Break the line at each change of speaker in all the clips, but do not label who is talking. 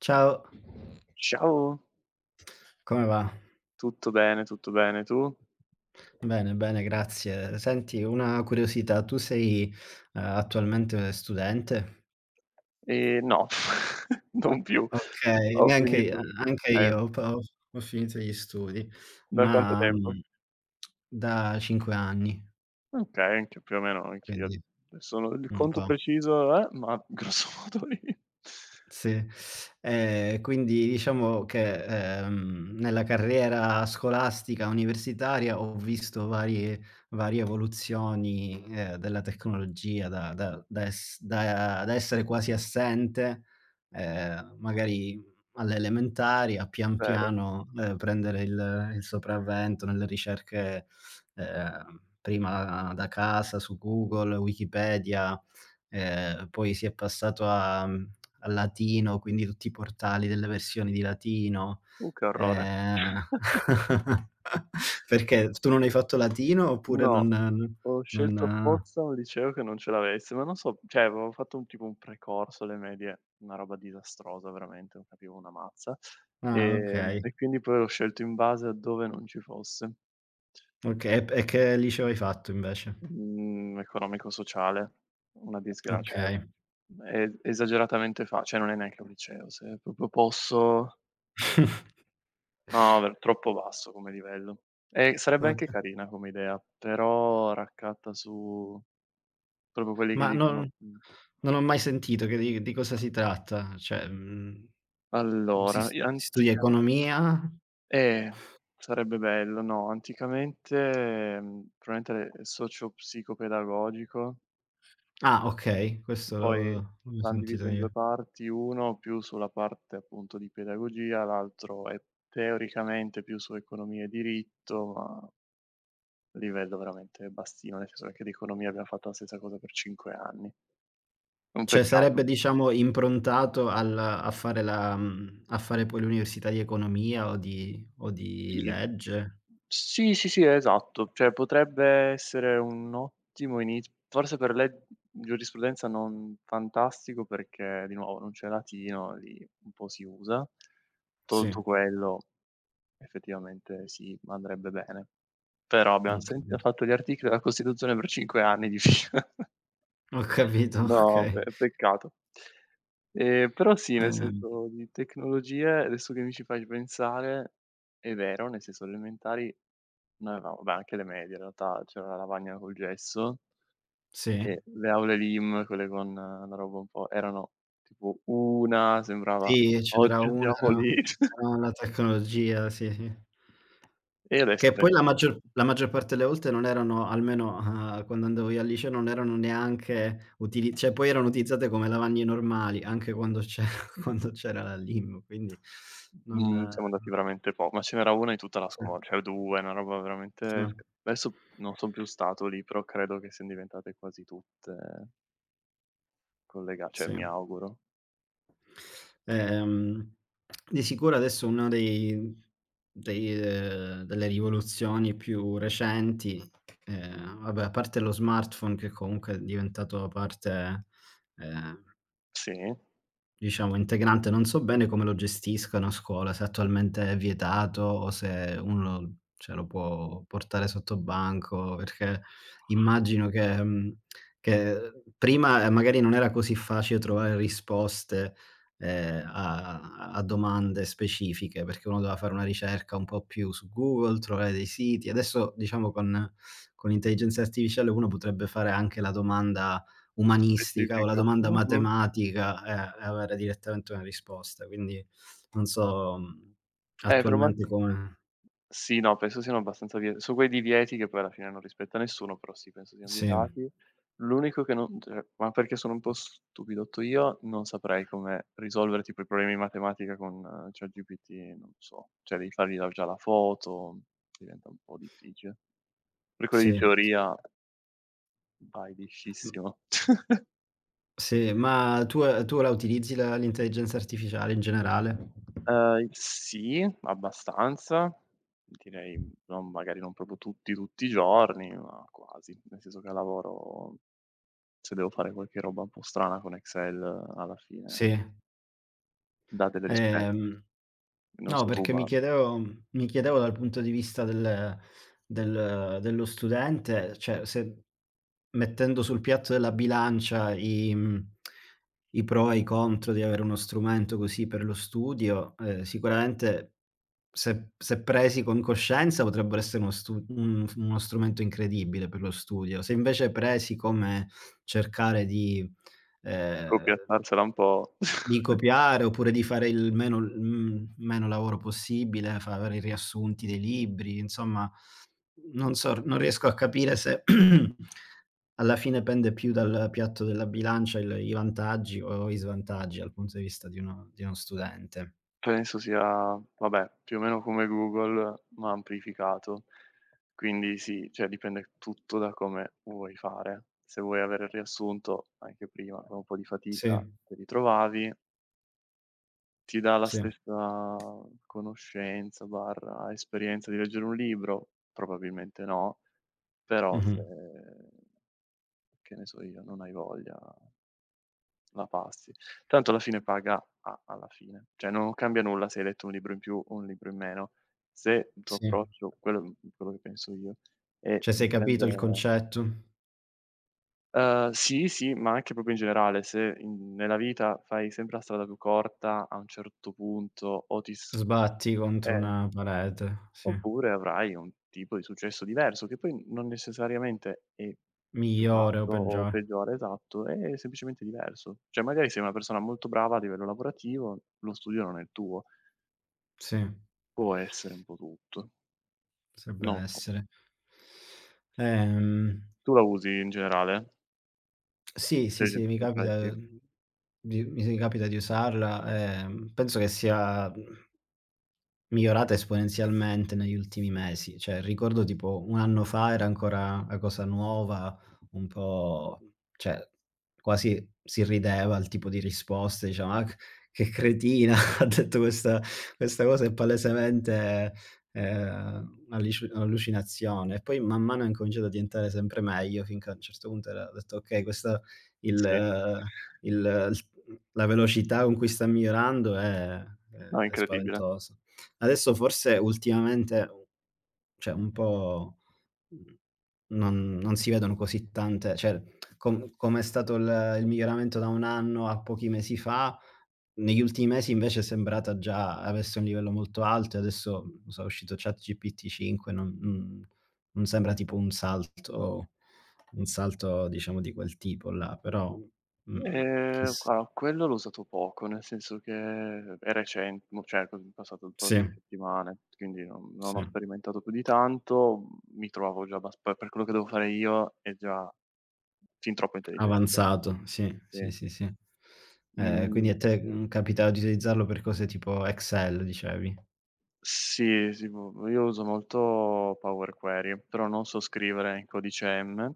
Ciao,
Ciao,
come va?
tutto bene, tutto bene. Tu?
Bene, bene, grazie. Senti, una curiosità, tu sei, attualmente studente?
No, non più.
Okay,
Ho
neanche a
finito
anche io
ehm,
ho pa ho finito gli studi,
da quanto
ma,
tempo?
da 5 anni,
Okay, anche più o meno anch'io.
quindi
Adesso non il
un
conto
po'.
preciso, ma grosso modo lì.
Sì, quindi diciamo che, nella carriera scolastica, universitaria ho visto varie evoluzioni, della tecnologia da da da ess da da essere quasi assente, magari alle elementari, a pian
Vero.
piano, prendere il sopravvento nelle ricerche, prima da casa su Google, Wikipedia, poi si è passato a al latino, quindi tutti i portali delle versioni di latino,
Che orrore.
ehm perché tu non hai fatto latino oppure
No,
non n
ho scelto
non
apposta un liceo che non ce l'avesse, ma non so, cioè avevo fatto un tipo un pre-corso alle medie, una roba disastrosa veramente, non capivo una mazza,
ah, okay,
e quindi poi l'ho scelto in base a dove non ci fosse.
okay. E p e che liceo hai fatto invece?
Mhmm, economico-sociale, una disgra, cioè,
Okay.
è esageratamente fa, cioè non è neanche un liceo, se proprio posso. No, ver troppo basso come livello. E sarebbe anche
Okay.
carina come idea, però raccatta su proprio quelli che
Ma
dicono
non
mhmm,
non ho mai sentito che di cosa si tratta, cioè, si
allora,
s
i
si studia
anticamen,
economia?
eh, sarebbe bello, no, anticamente, mhmm, probabilmente è socio-psicopedagogico,
Ah, okay, questo
poi
l'ho
l'han
sentito
diviso in 2
io.
parti, uno più sulla parte appunto di pedagogia, l'altro è teoricamente più su economia e diritto, ma livello veramente bassino, nel senso che anche di economia abbiamo fatto la stessa cosa per 5 anni. È un
Cioè
peccato.
sarebbe diciamo improntato al a fare la mhmm, a fare poi l'università di economia o di
Sì.
legge?
Sì, sì, sì, esatto. Cioè potrebbe essere un ottimo iniz forse per le giurisprudenza non fantastico, perché di nuovo non c'è latino, lì un po' si usa.
Sì,
Tolto quello effettivamente sì, andrebbe bene. Però abbiam
ho
sempre
capito.
fatto gli articoli della Costituzione per 5 anni di fila.
Ho capito,
No,
okay.
pe peccato. Però sì, nel
Ehm,
senso di tecnologie, adesso che mi ci fai pensare, è vero, nel senso alle elementari noi avevamo, beh, anche alle medie in realtà, c'era la lavagna col gesso
sì.
e le aule LIM, quelle con la roba un po' erano, tipo una sembrava
Sì, ce n'era
oggi
una,
andiamo
era
lì.
era la tecnologia, sì, sì.
E adesso
Che poi
penso
la
che
maggior la maggior parte delle volte non erano, almeno, quando andavo io al liceo, non erano neanche utili, cioè poi erano utilizzate come lavagne normali, anche quando c'era quando c'era la LIM, quindi
mhmm,
non
siamo andati veramente po, ma ce n'era 1 in tutta la
sì,
scuola, cioè 2, una roba
sì,
veramente sc adesso non son più stato lì, però credo che sian diventate quasi tutte collega, cioè
sì.
mi auguro.
Ehm, di sicuro adesso uno dei dei delle rivoluzioni più recenti, vabbè a parte lo smartphone, che comunque è diventato parte, ehm
Sì,
diciamo, integrante. Non so bene come lo gestiscano a scuola, se attualmente è vietato o se uno, cioè, lo può portare sottobanco, perché immagino che prima, magari non era così facile trovare risposte, a domande specifiche, perché uno doveva fare una ricerca un po' più su Google, trovare dei siti. Adesso, diciamo, con l'intelligenza artificiale uno potrebbe fare anche la domanda umanistica o la
specifica.
domanda
Mh-mh.
matematica e avere direttamente una risposta. Quindi non so,
Però ma
attualmente come,
sì, no, penso siano abbastanza vie su quei divieti che poi alla fine non rispetta nessuno, però sì, penso siano
sì,
vietati. L'unico che non, cioè, ma perché sono un po' stupidotto io, non saprei come risolvere tipo i problemi di matematica con ChatGPT, non so. Cioè devi fargli la già la foto, diventa un po' difficile. Per quelli di
sì,
teoria vai
mh,
liscissimo.
sì, ma tu, tu la utilizzi la l'intelligenza artificiale in generale?
Sì, abbastanza. Direi non magari non proprio tutti, tutti i giorni, ma quasi. Nel senso che al lavoro se devo fare qualche roba un po' strana con Excel alla fine,
Sì.
datele rispetto.
Ehm,
Non
no,
so tu,
perché
ma
mi chiedevo dal punto di vista dello studente, cioè se mettendo sul piatto della bilancia i pro e i contro di avere uno strumento così per lo studio, sicuramente se presi con coscienza potrebbero essere uno stu un uno strumento incredibile per lo studio. Se invece presi come cercare
copia
ehm
e incollarsela un po'.
di copiare, oppure di fare il meno meno lavoro possibile, fare i riassunti dei libri, insomma, non so, non riesco a capire se alla fine pende più dal piatto della bilancia il i vantaggi o i svantaggi dal punto di vista di uno studente.
Penso sia, vabbè, più o meno come Google, ma amplificato. Quindi sì, cioè dipende tutto da come vuoi fare. Se vuoi avere il riassunto, anche prima con un po' di
Sì,
fatica te li trovavi. Ti dà la
sì,
stessa conoscenza, barra esperienza di leggere un libro? Probabilmente no, però se
mh-mh,
che ne so io, non hai voglia, la passi. Tanto alla fine paga a alla fine. Cioè non cambia nulla se hai letto un libro in più o un libro in meno. Se il tuo
sì.
approccio, quello mhmm, quello che penso io, è
Cioè, se hai capito il
prendere,
concetto,
sì, sì, ma anche proprio in generale, se in nella vita fai sempre la strada più corta, a un certo punto o ti s,
sbatti contro
eh.
una parete, sì.
Oppure avrai un tipo di successo diverso, che poi non necessariamente è più
Migliore o
basso o
peggiore,
peggiore, esatto, è semplicemente diverso. Cioè magari sei una persona molto brava a livello lavorativo, lo studio non è il tuo,
sì,
può essere un po' tutto.
potrebbe
Non lo so.
essere. Ehm
Tu la usi in generale?
Sì, sì,
L'intelligenza
sì,
artificiale sì?
mi capita di usarla, penso che sia, mhmm migliorata esponenzialmente negli ultimi mesi, cioè ricordo tipo 1 anno fa era ancora 'na cosa nuova, un po', cioè quasi si rideva al tipo di risposte, diceva: "Ah, c che cretina, ha detto questa cosa è palesemente, un'allucinazione." E poi man mano ha incominciato a diventare sempre meglio, finché a un certo punto era ho detto: "Okay, questa il
Sì.
il la velocità con cui sta migliorando è
No, è
è
incredibile.
spaventosa." Adesso forse ultimamente, cioè un po', mhmm, non si vedono così tante, cioè com'è stato il miglioramento da un anno a pochi mesi fa, negli ultimi mesi invece è sembrata già avesse un livello molto alto, e adesso, non so, è uscito ChatGPT 5, non sembra tipo un salto, diciamo di quel tipo là, però, mhmm, chiss
Guarda, quello l'ho usato poco, nel senso che è recen mo, cioè, è passato poche
sì,
settimane, quindi non
sì.
ho sperimentato più di tanto, mi trovavo già abbas poi per quello che devo fare io è già fin troppo intelligente.
Avanzato, sì, sì,
Sì.
sì, sì.
Mhmm,
Quindi a te, capitava di utilizzarlo per cose tipo Excel, dicevi.
sì, sì, boh, io uso molto Power Query, però non so scrivere in codice M,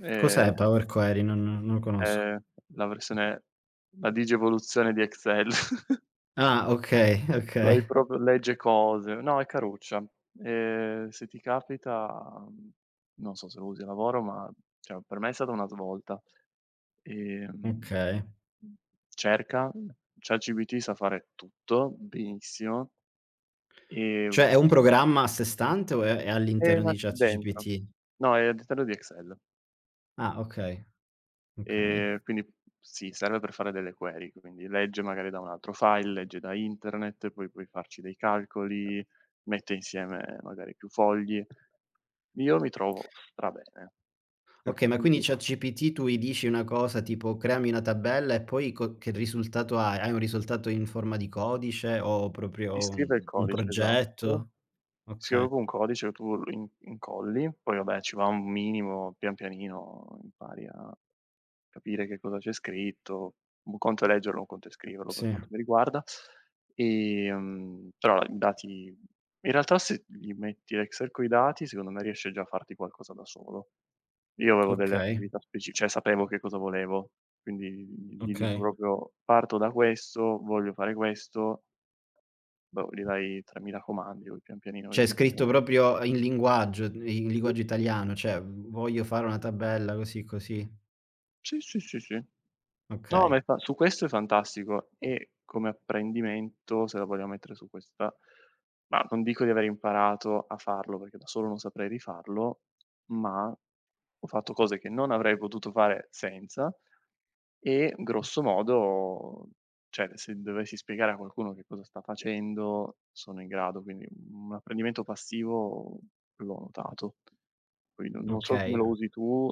ehm,
Cos'è Power Query? Non lo conosco.
è la versione, la digievoluzione di Excel.
Ah, okay,
Lei
okay,
proprio legge cose. No, è caruccia. Se ti capita, mhmm, non so se lo usi a lavoro, ma cioè per me è stata una svolta. Ehm,
okay.
mhmm, cerca, ChatGPT sa fare tutto benissimo,
Cioè
ehm,
è un programma a sé stante, o è
è
all'interno
una
di
dentro.
ChatGPT?
No, è all'interno di Excel.
Ah, okay, okay.
Quindi sì, serve per fare delle query, quindi legge magari da un altro file, legge da internet, poi puoi farci dei calcoli, mette insieme magari più fogli. Io mi trovo strabene.
Okay, ma
Quindi
quindi ChatGPT tu gli dici una cosa tipo: "Creami una tabella", e poi co che risultato hai? Hai un risultato in forma di codice o
ti
proprio
scrive il
un
codice, esatto.
progetto?
Scrive
Okay,
proprio un codice che tu lo in incolli, poi vabbè ci va un minimo, pian pianino impari a capire che cosa c'è scritto. Un conto è leggerlo, un conto è scriverlo per
sì.
quanto mi riguarda. Però i dati in realtà se gli metti l'Excel coi dati, secondo me riesce già a farti qualcosa da solo. Io avevo delle
Okay,
attività speci, cioè sapevo che cosa volevo, quindi gli dico
okay.
proprio: "Parto da questo, voglio fare questo". Boh, gli dai 3000 comandi, poi pian pianino
C'è
inizia.
scritto proprio in linguaggio italiano, cioè: "Voglio fare una tabella così, così."
Sì, sì, sì, sì. No, ma
Okay,
è fa su questo è fantastico e come apprendimento, se la vogliamo mettere su questa, ma non dico di aver imparato a farlo, perché da solo non saprei rifarlo, ma ho fatto cose che non avrei potuto fare senza, e grosso modo, cioè se dovessi spiegare a qualcuno che cosa sta facendo, sono in grado, quindi un apprendimento passivo l'ho notato. Poi non so come
okay.
lo usi tu,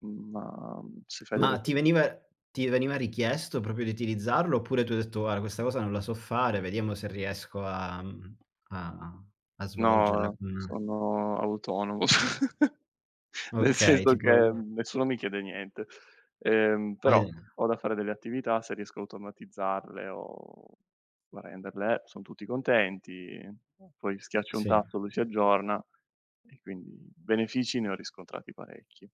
ma se fai delle
Ma
co,
ti veniva ti veniva richiesto proprio di utilizzarlo, oppure tu hai detto: "Guarda, questa cosa non la so fare, vediamo se riesco a mhmm, a a svolgerla
no,
con",
sono autonomo. Nel
okay,
senso che
tipo
nessuno mi chiede niente.
hai
Però ho da fare delle attività, se riesco a automatizzarle o a renderle, son tutti contenti, poi schiaccio un
sì,
tasto, lui si aggiorna e quindi benefici ne ho riscontrati parecchi.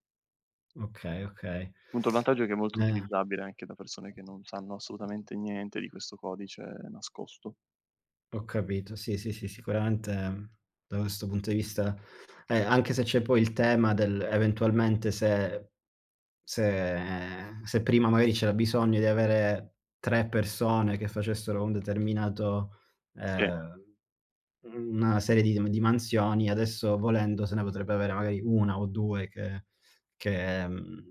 okay, okay.
Appunto il vantaggio è che è molto
Eh.
utilizzabile anche da persone che non sanno assolutamente niente di questo codice nascosto.
Ho capito. Sì, sì, sì, sicuramente, da questo punto di vista, anche se c'è poi il tema del, eventualmente, se se prima magari c'era bisogno di avere 3 persone che facessero un determinato,
Sì,
ehm una serie di mansioni. Adesso volendo se ne potrebbe avere magari 1 o 2 che,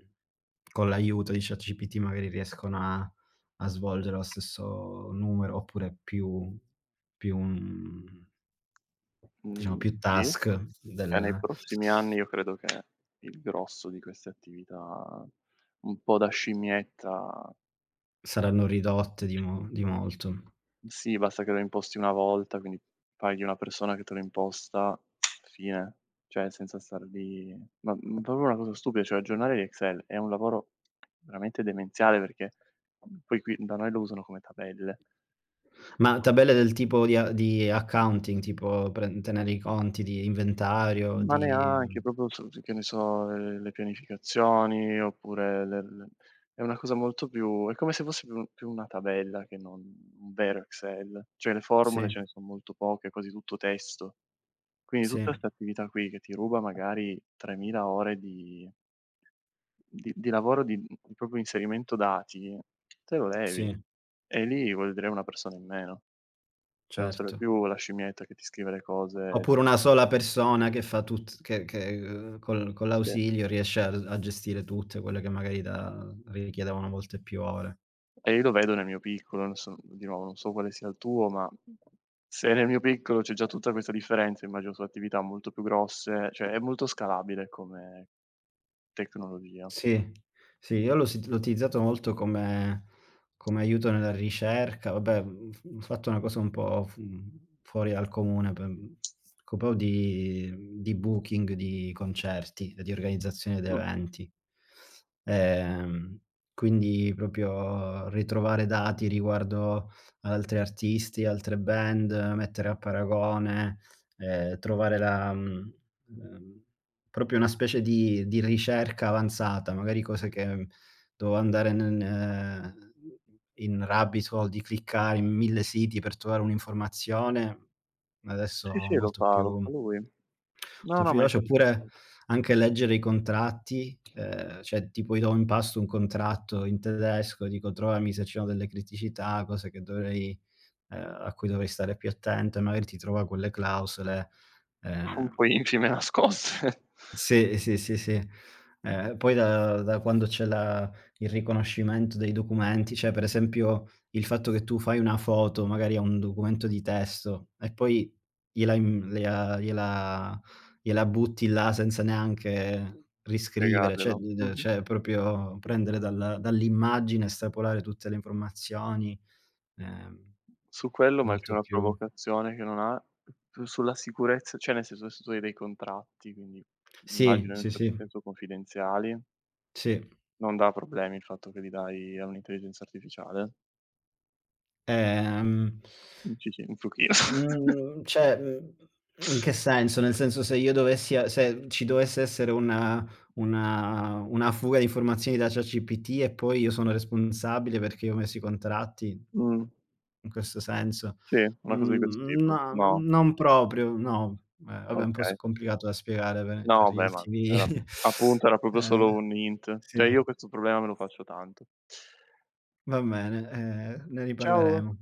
con l'aiuto di ChatGPT, magari riescono a svolgere lo stesso numero, oppure più, diciamo
mhmm,
più
sì.
task
E nei
del.
prossimi anni io credo che il grosso di queste attività, un po' da scimmietta,
Saranno ridotte di molto.
sì, basta che lo imposti una volta, quindi paghi una persona che te lo imposta, fine. Cioè senza star lì, ma, mhmm, proprio una cosa stupida, cioè aggiornare gli Excel è un lavoro veramente demenziale perché poi qui da noi lo usano come tabelle.
Ma tabelle del tipo di, a di accounting, tipo pre tenere i conti di inventario,
Ma neanche,
di.
proprio su su che ne so, le pianificazioni oppure le l è una cosa molto più, è come se fosse più più una tabella che non un vero Excel. Cioè le formule
Sì,
ce ne son molto poche, è quasi tutto testo. Quindi
sì,
tutta 'sta attività qui che ti ruba magari 3000 ore di di lavoro di proprio inserimento dati, te lo levi.
sì,
E lì vuol dire una persona in meno. Cioè non serve
certo.
più la scimmietta che ti scrive le cose.
Oppure una sola persona che fa tut che, col con
Sì.
l'ausilio, riesce a gestire tutte quelle che magari da richiedevano molte più ore.
E io lo vedo nel mio piccolo, adesso di nuovo non so quale sia il tuo, ma se nel mio piccolo c'è già tutta questa differenza, immagino su attività molto più grosse, cioè è molto scalabile come tecnologia.
Sì, sì, io l'ho utilizzato molto come aiuto nella ricerca, vabbè, mhmm, f ho fatto una cosa un po' fuori dal comune, per, proprio di booking di concerti e di organizzazione di
Mh,
eventi. Ehm, quindi proprio ritrovare dati riguardo ad altri artisti, altre band, mettere a paragone, trovare la mhmm Ehm, proprio una specie di ricerca avanzata, magari cose che, dovevo andare nen in rabbit hole di cliccare in 1000 siti per trovare un'informazione, adesso
sì, sì, lo fa lui. No,
molto
no,
più
ma
veloce,
infatti.
oppure anche leggere i contratti, cioè, tipo, gli do in pasto un contratto in tedesco, dico: "Trovami se ci sono delle criticità, cose che dovrei a cui dovrei stare più attento", e magari ti trova quelle clausole,
Sono un
ehm
po' infime nascoste,
sì, sì, sì, sì. Poi da quando c'è la il riconoscimento dei documenti, cioè per esempio il fatto che tu fai una foto magari a un documento di testo e poi gliela im gliela gliela gliela butti là senza neanche riscrivere, cioè
spiegarglielo.
d d
Mh-mh.
cioè proprio prendere dalla dall'immagine, estrapolare tutte le informazioni, ehm,
Su quello, ma è più
molto
una
più.
provocazione che non ha. Su sulla sicurezza, cioè nel senso adesso tu hai dei contratti, quindi
Sì,
immagino in un
sì,
certo
sì,
senso confidenziali.
sì.
Non dà problemi il fatto che li dai a un'intelligenza artificiale?
Ehm
Un cici un pochino.
Mhmm, cioè, in che senso? Nel senso, se io dovessi, a se ci dovesse essere una fuga di informazioni da ChatGPT e poi io sono responsabile perché io ho messo i contratti,
Mh,
in questo senso?
sì, una cosa di questo tipo.
No,
No,
non proprio, no. Vabbè, è un po'
okay.
s complicato da spiegare per
No,
gli
beh, ma
ultimi
era appunto, era proprio
eh,
solo un hint. Cioè
sì,
io questo problema me lo faccio tanto.
va bene, ne
Ciao.
riparleremo.